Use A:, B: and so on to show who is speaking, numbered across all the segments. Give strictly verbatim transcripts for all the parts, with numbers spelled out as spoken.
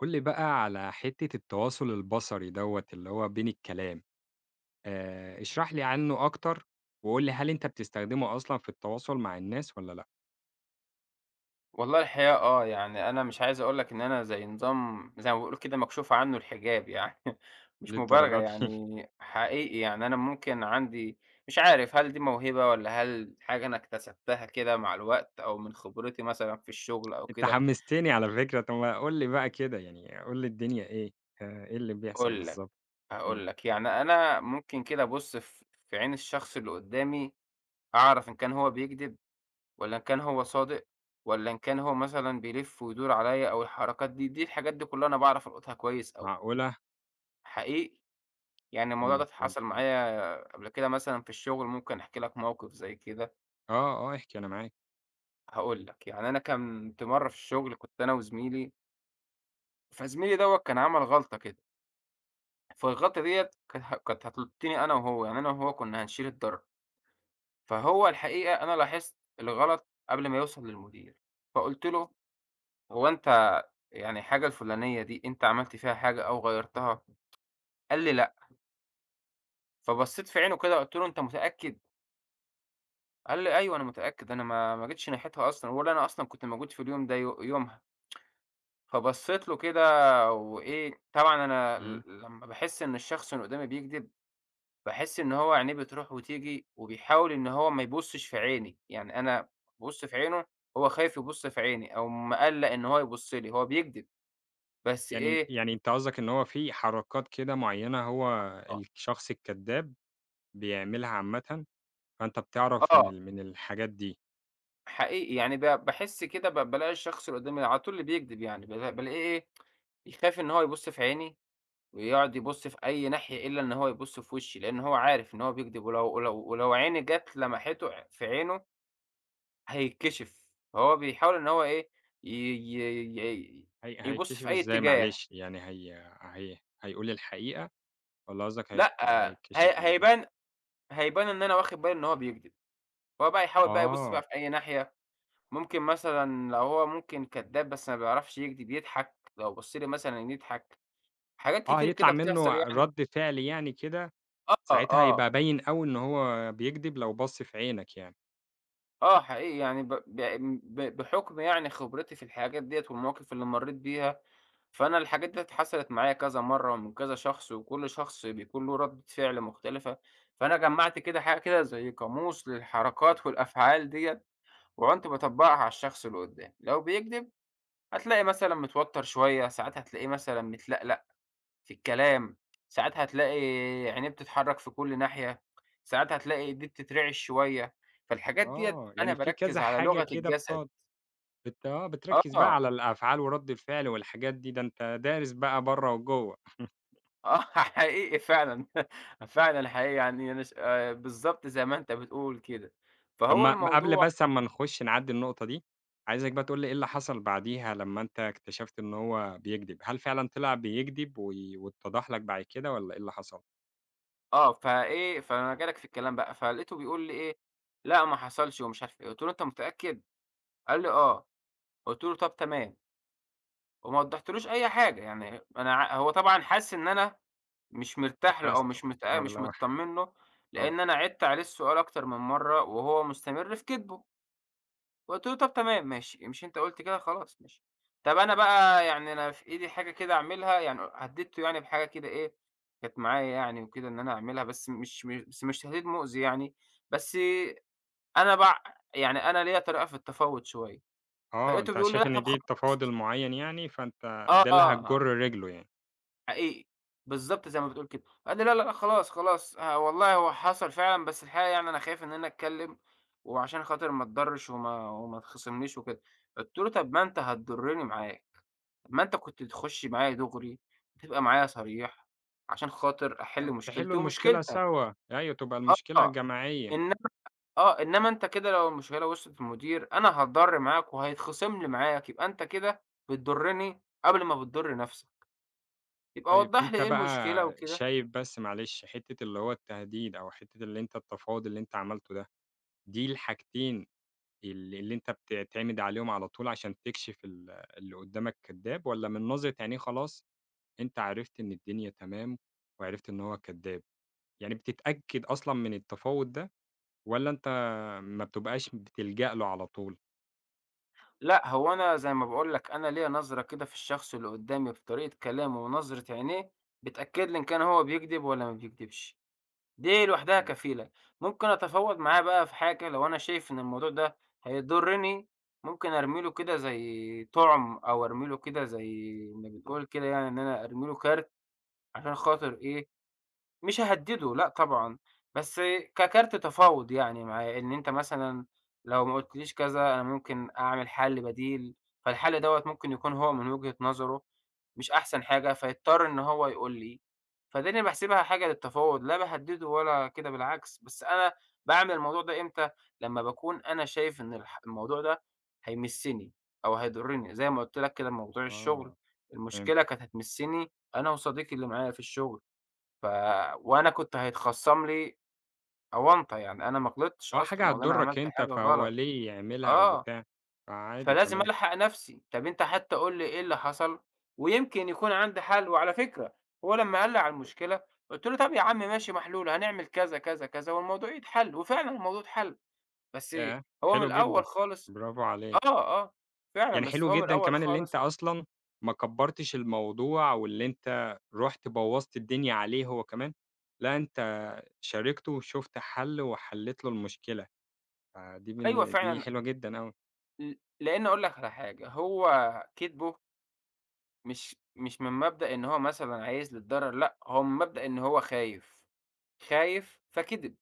A: قُل لي بقى على حتّة التواصل البصري دوّة اللي هو بين الكلام، آآ اشرح لي عنّه أكتر، وقُل لي هل أنت بتستخدمه أصلًا في التواصل مع الناس والّا لأ؟
B: والله الحقيقة آه، يعني أنا مش عايز أقول لك إن أنا زي نظام زي ما بيقولوا كده مكشوف عنّه الحجاب يعني مش مبالغة
A: للدرجة دي!
B: يعني حقيقي يعني أنا ممكن عندي مش عارف هل دي موهبة والّا هل حاجة أنا اكتسبتها كده مع الوقت أو من خبرتي مثلًا في الشغل أو
A: أنت
B: كده.
A: حمستني على فكرة، طب ما قُل لي بقى كده يعني قُل لي الدنيا إيه، آآ إيه اللي بيحصل
B: هاقول لك،
A: بالضبط؟ إمم،
B: هاقول لك، يعني أنا ممكن كده أبُص في في عين الشخص اللي قدّامي أعرف إن كان هو بيكدب والّا إن كان هو صادق والّا إن كان هو مثلًا بيلِف ويدور عليّا أو الحركات دي، دي الحاجات دي كُلّها أنا باعرف ألقطها كويس أوي.
A: معقولة!
B: حقيقي، يعني
A: طب
B: الموضوع
A: ما
B: ده
A: تقول
B: حصل
A: لي كده.
B: معايا قبل كده، مثلًا في الشغل ممكن أحكي لك موقف زي كده.
A: آه، آه، احكِ أنا معاك.
B: هاقول لك، يعني أنا كنت مرّة في الشغل، كنت أنا وزميلي، فزميلي دوّة كان عمل غلطة كده، فالغلطة ديّة كانت ه كانت هتلُطّني أنا وهو، يعني أنا وهو كنا هنشيل الضرر، فهو الحقيقة أنا لاحظت الغلط قبل ما يوصل للمدير، فقُلت له: "هو أنت يعني الحاجة الفلانية دي أنت عملت فيها حاجة أو غيّرتها؟" قال لي: "لأ." فبصّيت في عينه كده، قُلت له: "أنت متأكد؟" قال لي: "أيوه أنا متأكد، أنا ما ما جيتش ناحيتها أصلًا، ولا أنا أصلًا كنت موجود في اليوم ده يو يومها." فبصّيت له كده، وإيه، طبعًا أنا
A: إمم.
B: ل لمّا باحس إن الشخص اللي قدّامي بيكدب، باحس إن هو عينيه بتروح وتيجي، وبيحاول إن هو ما يبُصّش في عيني، يعني أنا بابُص في عينه، هو خايف يبُص في عيني أو مقلّق إن هو يبُص لي، هو بيكدب بس
A: يعني
B: إيه
A: يعني أنت قصدك إن هو في حركات كده معيّنة هو
B: آه.
A: الشخص الكدّاب بيعملها عامةً، فأنت بتعرف من
B: آه،
A: ال من الحاجات دي.
B: حقيقي يعني ب باحس كده، ب بالاقي الشخص اللي قدّامي على طول اللي بيكدب يعني، بالا بالاقيه إيه، بيخاف إن هو يبُص في عيني، ويقعد يبُص في أي ناحية إلا إن هو يبُص في وشي، لإن هو عارف إن هو بيكدب، ولو ولو ولو عيني جات لمَحته ع في عينه هيتكشف، فهو بيحاول إن هو إيه، ي ي ي
A: هي
B: يبُص
A: هيتكشف
B: في أي
A: إزاي
B: اتجاه.
A: معلش؟ يعني هي هي هيقول الحقيقة والّا قصدك هيك
B: لأ، هي
A: هيتكشف إزاي؟
B: هيبان، هيبان إن أنا واخد بالي إن هو بيكدب، فهو بقى يحاول بقى يبُص
A: آه،
B: بقى في أي ناحية، ممكن مثلًا لو هو ممكن كدّاب بس ما بيعرفش يكدب يضحك، لو بُص لي مثلًا يضحك، حاجات
A: آه
B: كتير
A: هيطلع
B: كده
A: منّه
B: بتحصل يعني.
A: رَد فعل يعني كده،
B: آه،
A: ساعتها
B: آه.
A: هيبقى باين أوي إن هو بيكدب لو بَص في عينك يعني.
B: آه حقيقي يعني ب ب ب بحُكم يعني خبرتي في الحاجات ديّة والمواقف اللي مرّيت بيها، فأنا الحاجات ديّة حصلت معايا كذا مرّة ومن كذا شخص، وكل شخص بيكون له ردة فعل مختلفة، فأنا جمّعت كده حاجة كده زي قاموس للحركات والأفعال ديّة، وعنت باطبّقها على الشخص اللي قُدّامي، لو بيكدب هتلاقي مثلًا متوتّر شوية، ساعات هتلاقيه مثلًا متلقلق في الكلام، ساعات هتلاقي عينيه بتتحرّك في كل ناحية، ساعات هتلاقي إيديه بتترعش شوية، فالحاجات ديّة
A: آه،
B: أنا
A: يعني في كذا
B: باركّز على
A: حاجة
B: لغة
A: كده
B: الجسد.
A: بتقعد بت آه،
B: آه،
A: بتركّز بقى
B: آه
A: على الأفعال ورَد الفعل والحاجات دي، ده أنت دارس بقى برّه وجوّه.
B: حقيقي فعلًا، فعلًا حقيقي، يعني أنا ش آآ بالضبط زي ما أنت بتقول كده،
A: طب
B: فهو
A: ما قبل
B: الموضوع
A: بس أمّا نخش نعدّي النقطة دي، عايزك بقى تقول لي إيه اللي حصل بعديها لمّا أنت اكتشفت إن هو بيكدب؟ هل فعلًا طلع بيكدب و واتضح لك بعد كده والّا إيه اللي حصل؟
B: آه، فإيه فأنا جاي لك في الكلام بقى، فلقيته بيقول لي إيه: "لأ ما حصلش" ومش عارف إيه، قُلت له: "أنت متأكد؟" قال لي: "آه." قُلت له: "طَب تمام." وما وضّحتلوش أي حاجة، يعني أنا ع هو طبعًا حَس إن أنا مش مرتاح له أو
A: قفشته
B: مش متأ
A: أو
B: مش
A: اللي هو
B: متطمن له،
A: آه،
B: لإن أنا عِدت عليه السؤال أكتر من مرّة وهو مستمر في كدبه، قُلت له: "طب تمام ماشي، مش أنت قُلت كده خلاص ماشي." طب أنا بقى، يعني أنا في إيدي حاجة كده أعملها، يعني هدّدته يعني بحاجة كده إيه، كانت معايا يعني وكده إن أنا أعملها، بس مش م بس مش تهديد مؤذي يعني، بس أنا بع يعني أنا ليّا طريقة في التفاوض شوية،
A: آه
B: فلقيته
A: أنت
B: بيقول لي:
A: شايف
B: "لأ آه.
A: إن
B: طب
A: دي
B: خلاص."
A: تفاضل معيّن يعني، فأنت
B: آه.
A: ده
B: اه
A: اللي هتجُر
B: آه.
A: رجله يعني،
B: حقيقي، بالضبط زي ما بتقول كده، قال لي: "لا، لا، لأ خلاص، خلاص ه والله هو حصل فعلًا، بس الحقيقة يعني أنا خايف إن أنا أتكلّم، وعشان خاطر ما اتضرّش وما وما تخصمنيش وكده." قُلت له: "طَب ما أنت هتضرّني معاك، طَب ما أنت كنت تخُش معايا دُغري، وتبقى معايا صريح عشان خاطر أحِل
A: آه،
B: مشكلتي
A: تحلّوا المشكلة
B: ومشكلتك."
A: سوا، أيوه تبقى المشكلة
B: آه،
A: جماعية.
B: إنما آه، إنما أنت كده لو المشكلة وصلت للمدير أنا هاتضَر معاك وهيتخصم لي معاك، يبقى أنت كده بتضُرّني قبل ما بتضُر نَفْسك، يبقى
A: طيب
B: وضّح لي
A: أنت
B: إيه المشكلة
A: بقى
B: وكده."
A: شايف بس معلش حتّة اللي هو التهديد أو حتّة اللي أنت التفاوض اللي أنت عملته ده، دي الحاجتين ال اللي أنت بتعتمد عليهم على طول عشان تكشف ال اللي قدّامك كدّاب، والّا من نظرة عينيه خلاص أنت عرفت إن الدنيا تمام وعرفت إن هو كدّاب؟ يعني بتتأكد أصلًا من التفاوت ده، والّا أنت ما بتبقاش بتلجأ له على طول؟
B: لأ، هو أنا زي ما باقول لك، أنا ليّا نظرة كده في الشخص اللي قدّامي، بطريقة كلامه ونظرة عينيه، بتأكد لي إن كان هو بيكدب والّا ما بيكدبش، دي لوحدها
A: امم،
B: كفيلة. ممكن أتفاوض معاه بقى في حاجة لو أنا شايف إن الموضوع ده هيضرني، ممكن أرمي له كده زي طُعم، أو أرمي له كده زي ما بنقول كده، يعني إن أنا أرمي له كارت عشان خاطر إيه، مش هاهدّده لأ طبعًا، بس ككارت تفاوض يعني معاه، إن أنت مثلًا لو ما قُلتليش كذا أنا ممكن أعمل حل بديل، فالحل دوّة ممكن يكون هو من وجهة نظره مش أحسن حاجة، فيضطر إن هو يقول لي، فدي أنا باحسبها حاجة للتفاوض، لا باهدّده ولا كده بالعكس، بس أنا باعمل الموضوع ده إمتى، لمّا باكون أنا شايف إن الح الموضوع ده هيمسّني أو هيضرني، زي ما قُلت لك كده موضوع الشغل،
A: آه
B: المشكلة
A: فهمتك،
B: كانت هتمسّني أنا وصديقي اللي معايا في الشغل. ف وأنا كنت هيتخصم لي أونطة، يعني أنا ما غلطتش
A: آه حاجة
B: أصلًا، ولا أنا
A: هتضرك
B: عملت
A: أنت
B: حاجة
A: فهو
B: غلط.
A: ليه يعملها أو
B: آه،
A: بتاع، فعادي
B: فلازم
A: تمام،
B: ألحق نفسي، طب أنت حتى قُل لي إيه اللي حصل ويمكن يكون عندي حل. وعلى فكرة هو لمّا قال لي على المشكلة قُلت له: "طب يا عم ماشي محلولة، هنعمل كذا، كذا، كذا والموضوع يتحل." وفعلًا الموضوع اتحل، بس
A: ياه!
B: هو من
A: حلو جدًا،
B: الأول خالص.
A: برافو عليك.
B: آه، آه، فعلًا،
A: يعني
B: بس
A: حلو
B: هو من
A: جدًا
B: الأول
A: كمان اللي أنت
B: خالص.
A: أصلًا ما كبّرتش الموضوع واللي أنت رُحت بوّظت الدنيا عليه هو كمان، لأ أنت شاركته وشُفت حَل وحلّيت له المشكلة، فدي
B: أيوه
A: بالن دي
B: فعلًا،
A: حلوة جدًا أوي.
B: ل لإن أقول لك على حاجة، هو كدبه مش مش من مبدأ إن هو مثلًا عايز للضرر، لأ، هو من مبدأ إن هو خايف، خايف فكِدِب،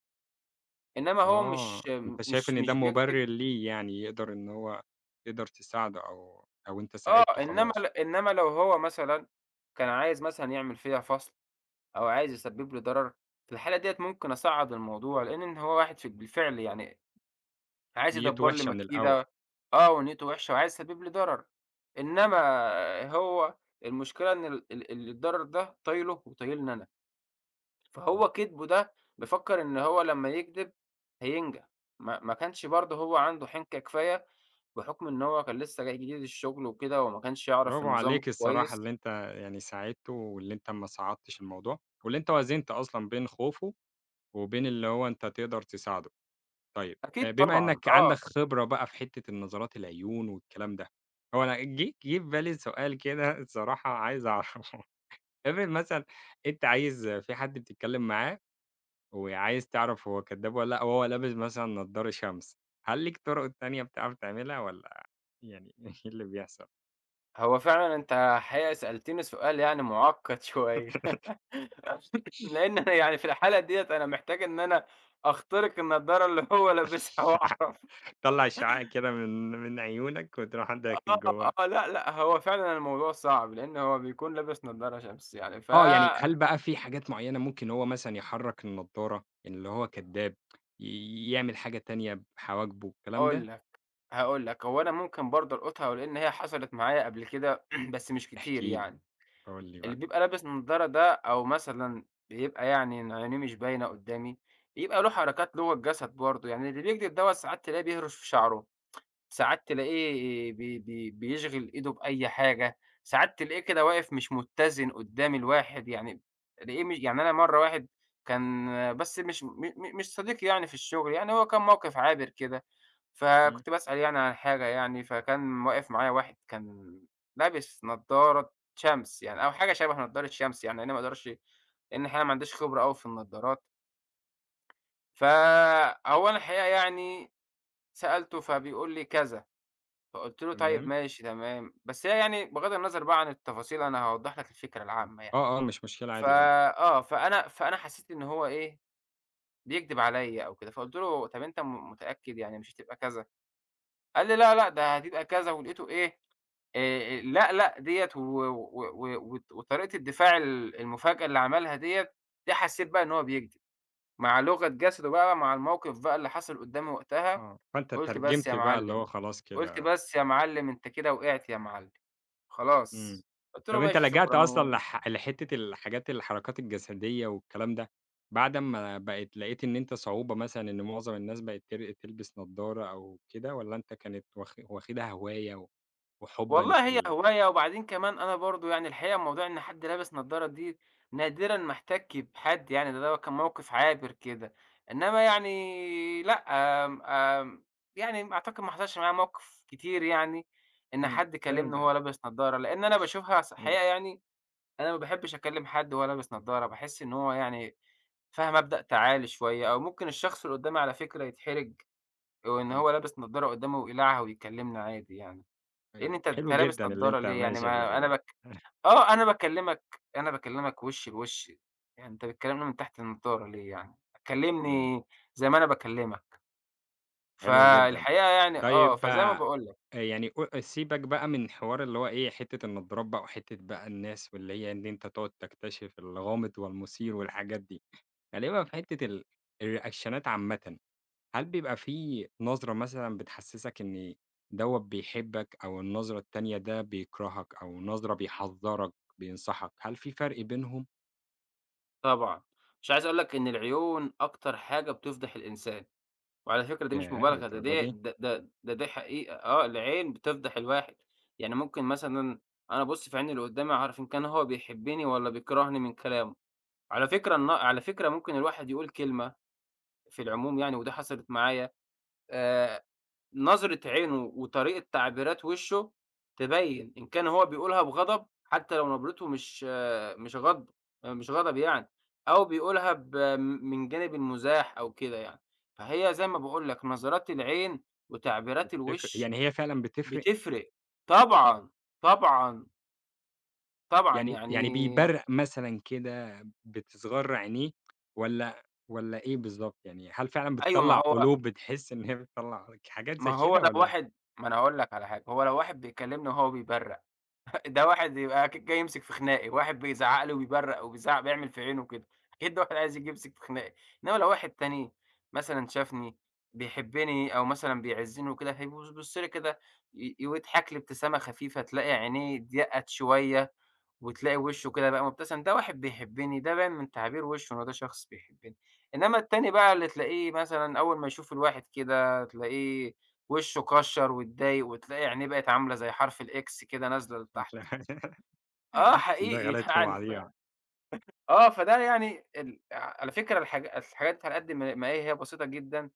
B: إنما هو
A: آه،
B: مش
A: أنت شايف
B: مش
A: إن ده
B: مش بيكدب.
A: مُبرر ليه يعني يقدر إن هو تقدر تساعده أو أو أنت
B: آه،
A: ساعدته
B: إنما
A: خلاص،
B: ل إنما لو هو مثلًا كان عايز مثلًا يعمل فيّا فَصْل، أو عايز يسبب لي ضرر، في الحالة ديّة ممكن أصعّد الموضوع، لإن إن هو واحد في بالفعل يعني عايز
A: نيّته
B: يدبّر لي
A: وِحشة من الأول.
B: مكيدة. آه، ونيّته وِحشة وعايز يسبب لي ضرر، إنما هو المشكلة إن ال ال الضرر ده طايله وطايلني أنا.
A: إمم.
B: فهو كدبه ده بيفكر إن هو لمّا يكدب هينجح، ما ما كانش برضه هو عنده حِنكة كفاية، بحُكم إن هو كان لسه جاي جديد الشغل وكده، وما كانش يعرف
A: برافو
B: النظام
A: عليك الصراحة اللي
B: كويس.
A: أنت يعني ساعدته واللي أنت ما صعّدتش الموضوع واللي أنت وازنت أصلًا بين خوفه وبين اللي هو أنت تقدر تساعده. طيب، آآ
B: أكيد
A: بما
B: طبعًا،
A: إنّك عندك
B: آه.
A: خبرة بقى في حتّة النظرات العيون والكلام ده، هو أنا جه جه في بالي سؤال كده الصراحة عايز أعرفه، افرض مثلًا أنت عايز في حد بتتكلّم معاه وعايز تعرف هو كدّاب والّا لأ وهو لابس مثلًا نضارة شمس، هل ليك طُرق تانية بتعرف تعملها والّا يعني إيه اللي بيحصل؟
B: هو فعلًا أنت الحقيقة سألتني سؤال يعني مُعقّد شوية لإن أنا يعني في الحالة ديّة أنا محتاج إن أنا أخترق النضارة اللي هو لابسها وأعرف.
A: تطلّع الشعاع كده من من عيونك وتروح داخل
B: آه،
A: جوّه
B: آه، لأ، لأ، هو فعلًا الموضوع صعب، لإن هو بيكون لابس نضارة شمس، يعني ف
A: آه، يعني هل بقى في حاجات معيّنة ممكن هو مثلًا يحرّك النضارة، يعني اللي هو كدّاب، ي يعمل حاجة تانية بحواجبه، الكلام ده؟
B: هاقول لك، هاقول لك، هو أنا ممكن برضه ألقطها، لإن هي حصلت معايا قبل كده بس مش
A: احكِ
B: كتير
A: لي،
B: يعني.
A: قُل لي
B: اللي
A: بقى.
B: بيبقى لابس نضارة ده، أو مثلًا بيبقى يعني عينيه مش باينة قدّامي، بيبقى له حركات جوّه الجسد برضه، يعني اللي بيكدب دوّة ساعات تلاقيه بيهرش في شعره، ساعات تلاقيه بي بي بيشغل إيده بأي حاجة، ساعات تلاقيه كده واقف مش متزن قدّام الواحد، يعني تلاقيه مش يعني، أنا مرّة واحد كان بس مش م م مش صديقي يعني في الشغل، يعني هو كان موقف عابر كده.
A: إمم.
B: فكنت باسأل يعني عن حاجة يعني، فكان واقف معايا واحد كان لابس نضارة شمس يعني أو حاجة شبه نضارة شمس يعني، لإني ما اقدرش، لإن الحقيقة ما عنديش خبرة أوي في النضارات، فهو أنا الحقيقة يعني سألته فبيقول لي كذا، فقُلت له: "طيب
A: تمام،
B: ماشي تمام." بس هي يعني بغض النظر بقى عن التفاصيل أنا هاوضّح لك الفكرة العامة يعني.
A: آه، آه، مش مشكلة
B: ف
A: عادي قُل لي،
B: آه، فأنا فأنا حسيت إن هو إيه، بيكدب عليّا أو كده، فقُلت له: "طب أنت م متأكد يعني مش هتبقى كذا؟" قال لي: "لا، لأ، ده هتبقى كذا." ولقيته إيه آآ، لأ، لأ، ديّة و و و وط وطريقة الدفاع ال المفاجأة اللي عملها ديّة، دي حسّيت بقى إن هو بيكدب، مع لغة جسده بقى، مع الموقف بقى اللي حصل قدّامي وقتها.
A: آه، فأنت
B: قُلت بس يا
A: ترجمت بقى اللي
B: معلِّم،
A: هو خلاص
B: قُلت
A: كده
B: بس يا معلِّم، أنت كده وقعت يا معلِّم،
A: إمم،
B: خلاص. قُلت له:
A: طَب أنت
B: "ماشي
A: لجأت
B: شكرًا."
A: أصلًا
B: و
A: لح لحتّة الحاجات الحركات الجسدية والكلام ده، بعد أمّا بقت لقيت إن أنت صعوبة مثلًا إن معظم الناس بقت تر تلبس نضارة أو كده، والّا أنت كانت واخ واخدها هواية و- وحُبًا في
B: والله هي
A: ال
B: هواية، وبعدين كمان أنا برضه يعني الحقيقة موضوع إن حد لابس نضارة دي نادرًا ما احتكّي بحد يعني، ده لو كان موقف عابر كده، إنما يعني لأ، آمم، آمم، يعني أعتقد ما حصلش معايا موقف كتير يعني إن
A: إمم،
B: حد كلمني
A: فهمتك.
B: وهو لابس نضارة، لإن أنا باشوفها ص
A: حلو،
B: الحقيقة يعني أنا ما باحبش أكلم حد وهو لابس نضارة، باحس إن هو يعني فيها مبدأ تعالي شوية، أو ممكن الشخص اللي قدّامي على فكرة يتحرج وإن
A: إمم،
B: هو لابس نضارة قدّامي ويقلعها ويكلمني عادي يعني. لإن
A: طيب
B: أنت أنت
A: حلو
B: لابس
A: جدًا اللي
B: نضارة
A: أنت
B: ليه يعني؟
A: ماشي في
B: ما أنا
A: ال
B: بك آه، أنا باكلّمك، أنا باكلّمك وِش بوِش، يعني أنت بتكلّمني من تحت النضارة ليه يعني؟
A: إمم،
B: كلّمني زي ما أنا باكلّمك،
A: حلو جدًا.
B: فالحقيقة يعني آه،
A: طيب
B: فزي ما
A: آآ
B: باقول لك.
A: يعني قو سيبك بقى من حوار اللي هو إيه، حتّة النضارات بقى وحتّة بقى الناس واللي هي إن أنت تقعد تكتشف الغامض والمثير والحاجات دي، خلّينا بقى في حتّة ال الريأكشنات عامةً، هل بيبقى في نظرة مثلًا بتحسّسك إن دوّة بيحبك أو النظرة التانية ده بيكرهك أو نظرة بيحذّرك، بينصحك، هل في فرق بينهم؟
B: طبعًا، مش عايز أقول لك إن العيون أكتر حاجة بتفضح الإنسان، وعلى فكرة دي مش
A: ياه!
B: مبالغة ده
A: للدرجة
B: دي
A: دي!
B: ده ده ده دي حقيقة آه، العين بتفضح الواحد، يعني ممكن مثلًا أنا أبُص في عين اللي قدّامي أعرف إن كان هو بيحبّني والّا بيكرهني من كلامه، على فكرة الن على فكرة ممكن الواحد يقول كلمة في العموم يعني، ودي حصلت معايا آآ، نظرة عينه وطريقة تعبيرات وشه تبيّن إن كان هو بيقولها بغضب حتى لو نبرته مش آه، مش غضب آه، مش غضب يعني، أو بيقولها ب من جانب المزاح أو كده يعني. فهي زي ما باقول لك، نظرات العين وتعبيرات
A: تفرق
B: الوش
A: يعني هي فعلًا بتفرق؟
B: بتفرق. طبعًا، طبعًا، طبعًا
A: يعني يعني
B: يعني.
A: بيبرق مثلًا كده بتصغر عينيه والّا والّا إيه بالضبط؟ يعني هل فعلًا
B: أيوه، ما
A: بتطلّع
B: هو
A: قلوب بتحس إن هي بتطلّع حاجات زي
B: ما هو
A: كده
B: لو
A: والّا
B: واحد، ما أنا هاقول لك على حاجة، هو لو واحد بيكلمني وهو بيبرق، ده واحد يبقى ك جاي يمسك في خناقي، واحد بيزعّق لي وبيبرّق وبيزعّق بيعمل في عينه كده، أكيد ده واحد عايز ييجي يمسك في خناقي، إنّما لو واحد تاني مثلًا شافني بيحبّني أو مثلًا بيعزّني وكده، هيبُص بيبُص لي كده، ي ويضحك لي ابتسامة خفيفة، تلاقي عينيه اتضيّقت شوية، وتلاقي وِشّه كده بقى مبتسم، ده واحد بيحبّني، ده باين من تعابير وِشّه إن هو ده شخص بيحبّني. إنّما التاني بقى اللي تلاقيه مثلًا أول ما يشوف الواحد كده، تلاقيه وِشّه كَشّر واتضايق، وتلاقي عينيه بقت عاملة زي حرف الإكس كده نازلة لتحت. آه حقيقي
A: دخلت في
B: يعني ف
A: بعضيها،
B: آه، فده يعني ال على فكرة الحاج الحاجات على قد ما ما هي هي بسيطة جدًا،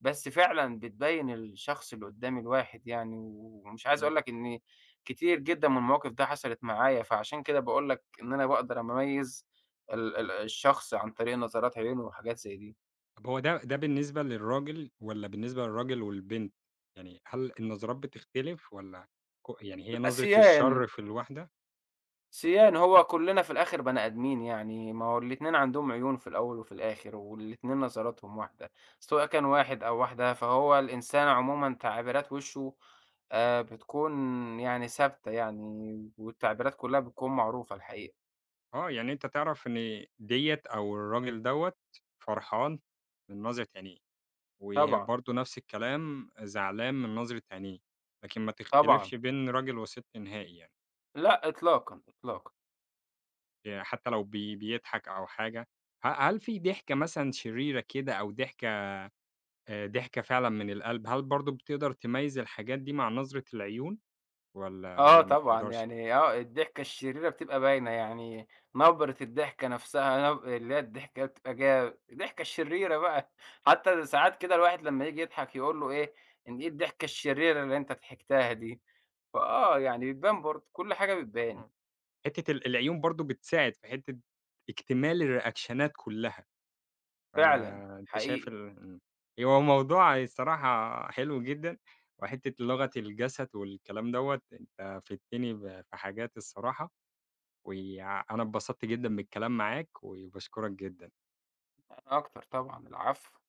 B: بس فعلًا بتبيّن الشخص اللي قدّام الواحد يعني، ومش عايز
A: إمم.
B: أقول لك إن كتير جدًا من المواقف ده حصلت معايا، فعشان كده باقول لك إن أنا باقدر أميّز ال ال الشخص عن طريق نظرات عيونه وحاجات زي دي.
A: طب هو ده ده بالنسبة للراجل والّا بالنسبة للراجل والبنت؟ يعني هل النظرات بتختلف والّا ك يعني هي نظرة الشر
B: القسيان.
A: في الواحدة
B: سيان، هو كلّنا في الآخر بني آدمين يعني، ما هو الاتنين عندهم عيون في الأول وفي الآخر، والاتنين نظراتهم واحدة، سواء كان واحد أو واحدة، فهو الإنسان عمومًا تعبيرات وشه آآ بتكون يعني ثابتة يعني، والتعبيرات كلّها بتكون معروفة الحقيقة.
A: آه، يعني أنت تعرف إن ديّة أو الراجل دوّة فرحان من نظرة عينيه.
B: طبعًا،
A: وبرضه نفس الكلام زعلان من نظرة عينيه، لكن ما
B: طبعًا،
A: تختلفش بين راجل وست نهائي يعني،
B: لأ إطلاقًا، إطلاقًا.
A: آآ حتى لو بي بيضحك أو حاجة، ه هل في ضحكة مثلًا شريرة كده أو ضحكة آآ ضحكة فعلًا من القلب، هل برضه بتقدر تميّز الحاجات دي مع نظرة العيون والّا
B: آه
A: والّا ما
B: طبعًا،
A: بتقدرش؟
B: يعني آه، الضحكة الشريرة بتبقى باينة، يعني نبرة الضحكة نفسها نب اللي هي الضحكة بتبقى جا الضحكة الشريرة بقى، حتى ساعات كده الواحد لمّا ييجي يضحك يقول له إيه، إن إيه الضحكة الشريرة اللي أنت ضحكتها دي؟ فآه، يعني بتبان برضه، كل حاجة بتبان.
A: آه، حتّة ال العيون برضه بتساعد في حتّة إكتمال الريأكشنات كلّها.
B: فعلًا،
A: فأنت شايف ال
B: حقيقي،
A: إمم. هو موضوع الصراحة حلو جدًا، وحتّة لغة الجسد والكلام دوّة أنت فدتني ب في حاجات الصراحة، ويع أنا اتبسطت جدًا بالكلام معاك، وباشكرك جدًا.
B: أنا أكتر طبعًا، العفو.